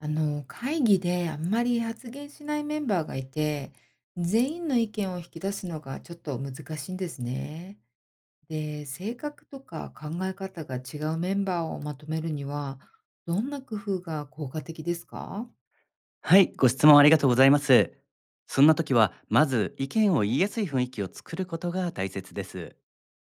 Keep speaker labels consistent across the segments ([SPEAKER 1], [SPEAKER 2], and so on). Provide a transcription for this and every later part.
[SPEAKER 1] 会議であんまり発言しないメンバーがいて、全員の意見を引き出すのがちょっと難しいんですね。で、性格とか考え方が違うメンバーをまとめるには、どんな工夫が効果的ですか？
[SPEAKER 2] はい、ご質問ありがとうございます。そんな時は、まず意見を言いやすい雰囲気を作ることが大切です。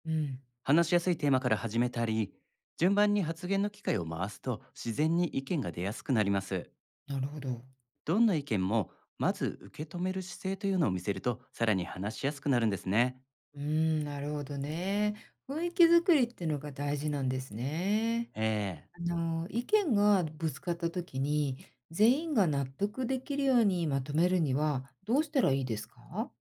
[SPEAKER 1] うん、
[SPEAKER 2] 話しやすいテーマから始めたり、順番に発言の機会を回すと自然に意見が出やすくなります。
[SPEAKER 1] なるほど。
[SPEAKER 2] どんな意見も、まず受け止める姿勢というのを見せると、さらに話しやすくなるんですね。
[SPEAKER 1] うん、なるほどね。雰囲気作りってのが大事なんですね。
[SPEAKER 2] ええ。
[SPEAKER 1] 意見がぶつかった時に、全員が納得できるようにまとめるには、どうしたらいいですか？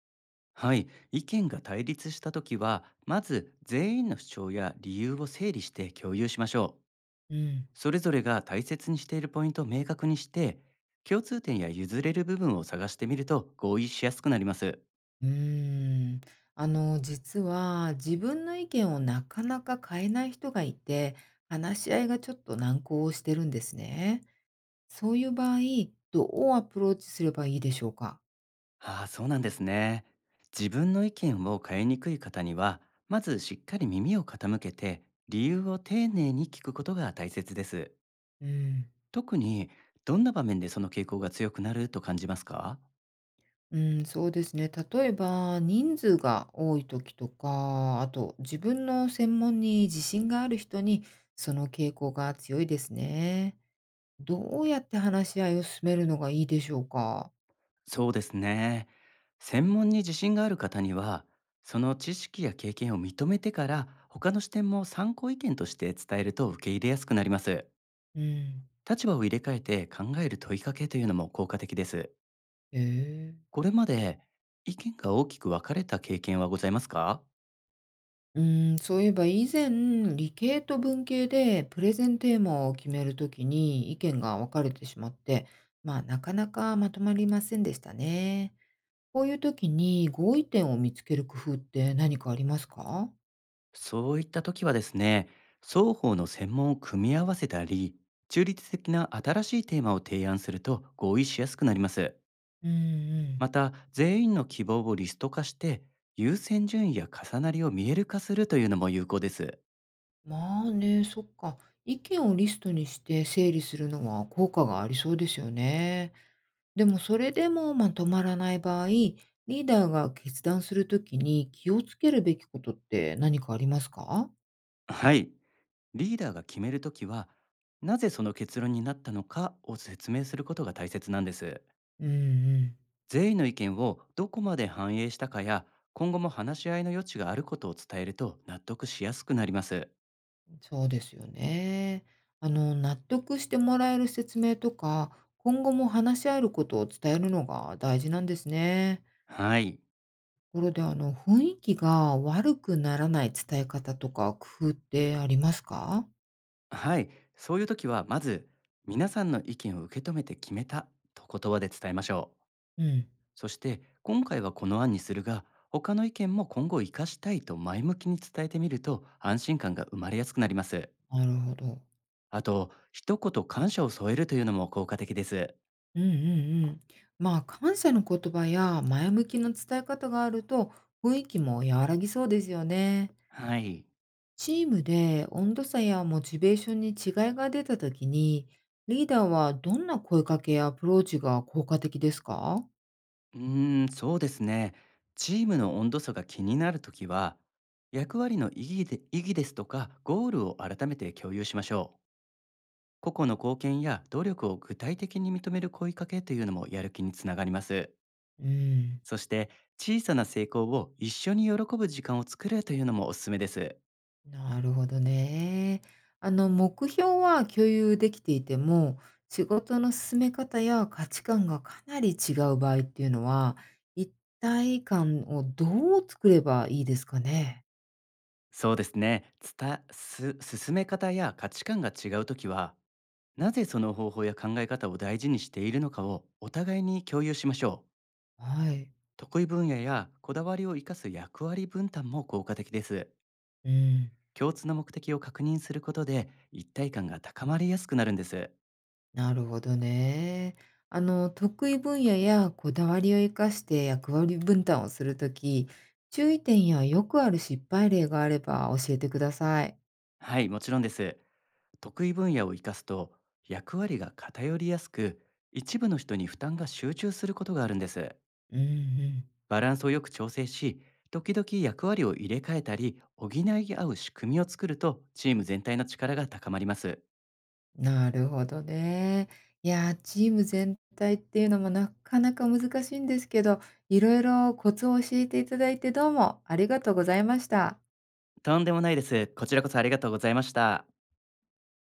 [SPEAKER 2] はい、意見が対立した時は、まず全員の主張や理由を整理して共有しましょう。
[SPEAKER 1] うん。
[SPEAKER 2] それぞれが大切にしているポイントを明確にして、共通点や譲れる部分を探してみると合意しやすくなります。
[SPEAKER 1] うーん。実は自分の意見をなかなか変えない人がいて、話し合いがちょっと難航してるんですね。そういう場合、どうアプローチすればいいでしょうか？
[SPEAKER 2] ああ、そうなんですね。自分の意見を変えにくい方には、まずしっかり耳を傾けて、理由を丁寧に聞くことが大切です。
[SPEAKER 1] うん。
[SPEAKER 2] 特に、どんな場面でその傾向が強くなると感じますか？
[SPEAKER 1] うん、そうですね。例えば、人数が多い時とか、あと自分の専門に自信がある人に、その傾向が強いですね。どうやって話し合いを進めるのがいいでしょうか？
[SPEAKER 2] そうですね。専門に自信がある方には、その知識や経験を認めてから、他の視点も参考意見として伝えると受け入れやすくなります。
[SPEAKER 1] うん。
[SPEAKER 2] 立場を入れ替えて考える問いかけというのも効果的です。
[SPEAKER 1] え。
[SPEAKER 2] これまで意見が大きく分かれた経験はございますか？
[SPEAKER 1] うーん、そういえば以前、理系と文系でプレゼンテーマを決めるときに意見が分かれてしまって、まあなかなかまとまりませんでしたね。こういうときに合意点を見つける工夫って何かありますか？
[SPEAKER 2] そういった時はですね、双方の専門を組み合わせたり、中立的な新しいテーマを提案すると合意しやすくなります。
[SPEAKER 1] うんうん。
[SPEAKER 2] また、全員の希望をリスト化して、優先順位や重なりを見える化するというのも有効です。
[SPEAKER 1] まあね、そっか。意見をリストにして整理するのは効果がありそうですよね。でもそれでもまとまらない場合、リーダーが決断するときに気をつけるべきことって何かありますか？
[SPEAKER 2] はい。リーダーが決めるときは、なぜその結論になったのかを説明することが大切なんです。
[SPEAKER 1] うん
[SPEAKER 2] 全員の意見をどこまで反映したかや、今後も話し合いの余地があることを伝えると納得しやすくなります。
[SPEAKER 1] うん、そうですよね。納得してもらえる説明とか、今後も話し合えることを伝えるのが大事なんですね。
[SPEAKER 2] はい。
[SPEAKER 1] ところで、雰囲気が悪くならない伝え方とか工夫ってありますか？
[SPEAKER 2] はい。そういうときは、まず、皆さんの意見を受け止めて決めたと言葉で伝えましょう。
[SPEAKER 1] うん、
[SPEAKER 2] そして今回はこの案にするが、他の意見も今後活かしたいと前向きに伝えてみると安心感が生まれやすくなります。
[SPEAKER 1] なるほど。
[SPEAKER 2] あと一言感謝を添えるというのも効果的です。
[SPEAKER 1] うんうんうん。まあ、感謝の言葉や前向きな伝え方があると、雰囲気も和らぎそうですよね。
[SPEAKER 2] はい。
[SPEAKER 1] チームで温度差やモチベーションに違いが出たときに、リーダーはどんな声かけやアプローチが効果的ですか？
[SPEAKER 2] そうですね。チームの温度差が気になるときは、役割の意義で、意義ですとかゴールを改めて共有しましょう。個々の貢献や努力を具体的に認める声かけというのもやる気につながります。
[SPEAKER 1] うん、
[SPEAKER 2] そして小さな成功を一緒に喜ぶ時間を作るというのもおすすめです。
[SPEAKER 1] なるほどね。目標は共有できていても、仕事の進め方や価値観がかなり違う場合っていうのは、一体感をどう作ればいいですかね？
[SPEAKER 2] そうですね。伝す進め方や価値観が違うときは、なぜその方法や考え方を大事にしているのかをお互いに共有しましょう。
[SPEAKER 1] はい。
[SPEAKER 2] 得意分野やこだわりを生かす役割分担も効果的です。
[SPEAKER 1] うん。
[SPEAKER 2] 共通の目的を確認することで一体感が高まりやすくなるんです。
[SPEAKER 1] なるほどね。得意分野やこだわりを生かして役割分担をするとき、注意点やよくある失敗例があれば教えてください。
[SPEAKER 2] はい、もちろんです。得意分野を生かすと役割が偏りやすく、一部の人に負担が集中することがあるんです。
[SPEAKER 1] うんうん。
[SPEAKER 2] バランスをよく調整し、時々役割を入れ替えたり補い合う仕組みを作るとチーム全体の力が高まります。
[SPEAKER 1] なるほどね。いやー、チーム全体っていうのもなかなか難しいんですけど、いろいろコツを教えていただいてどうもありがとうございました。
[SPEAKER 2] とんでもないです。こちらこそありがとうございました。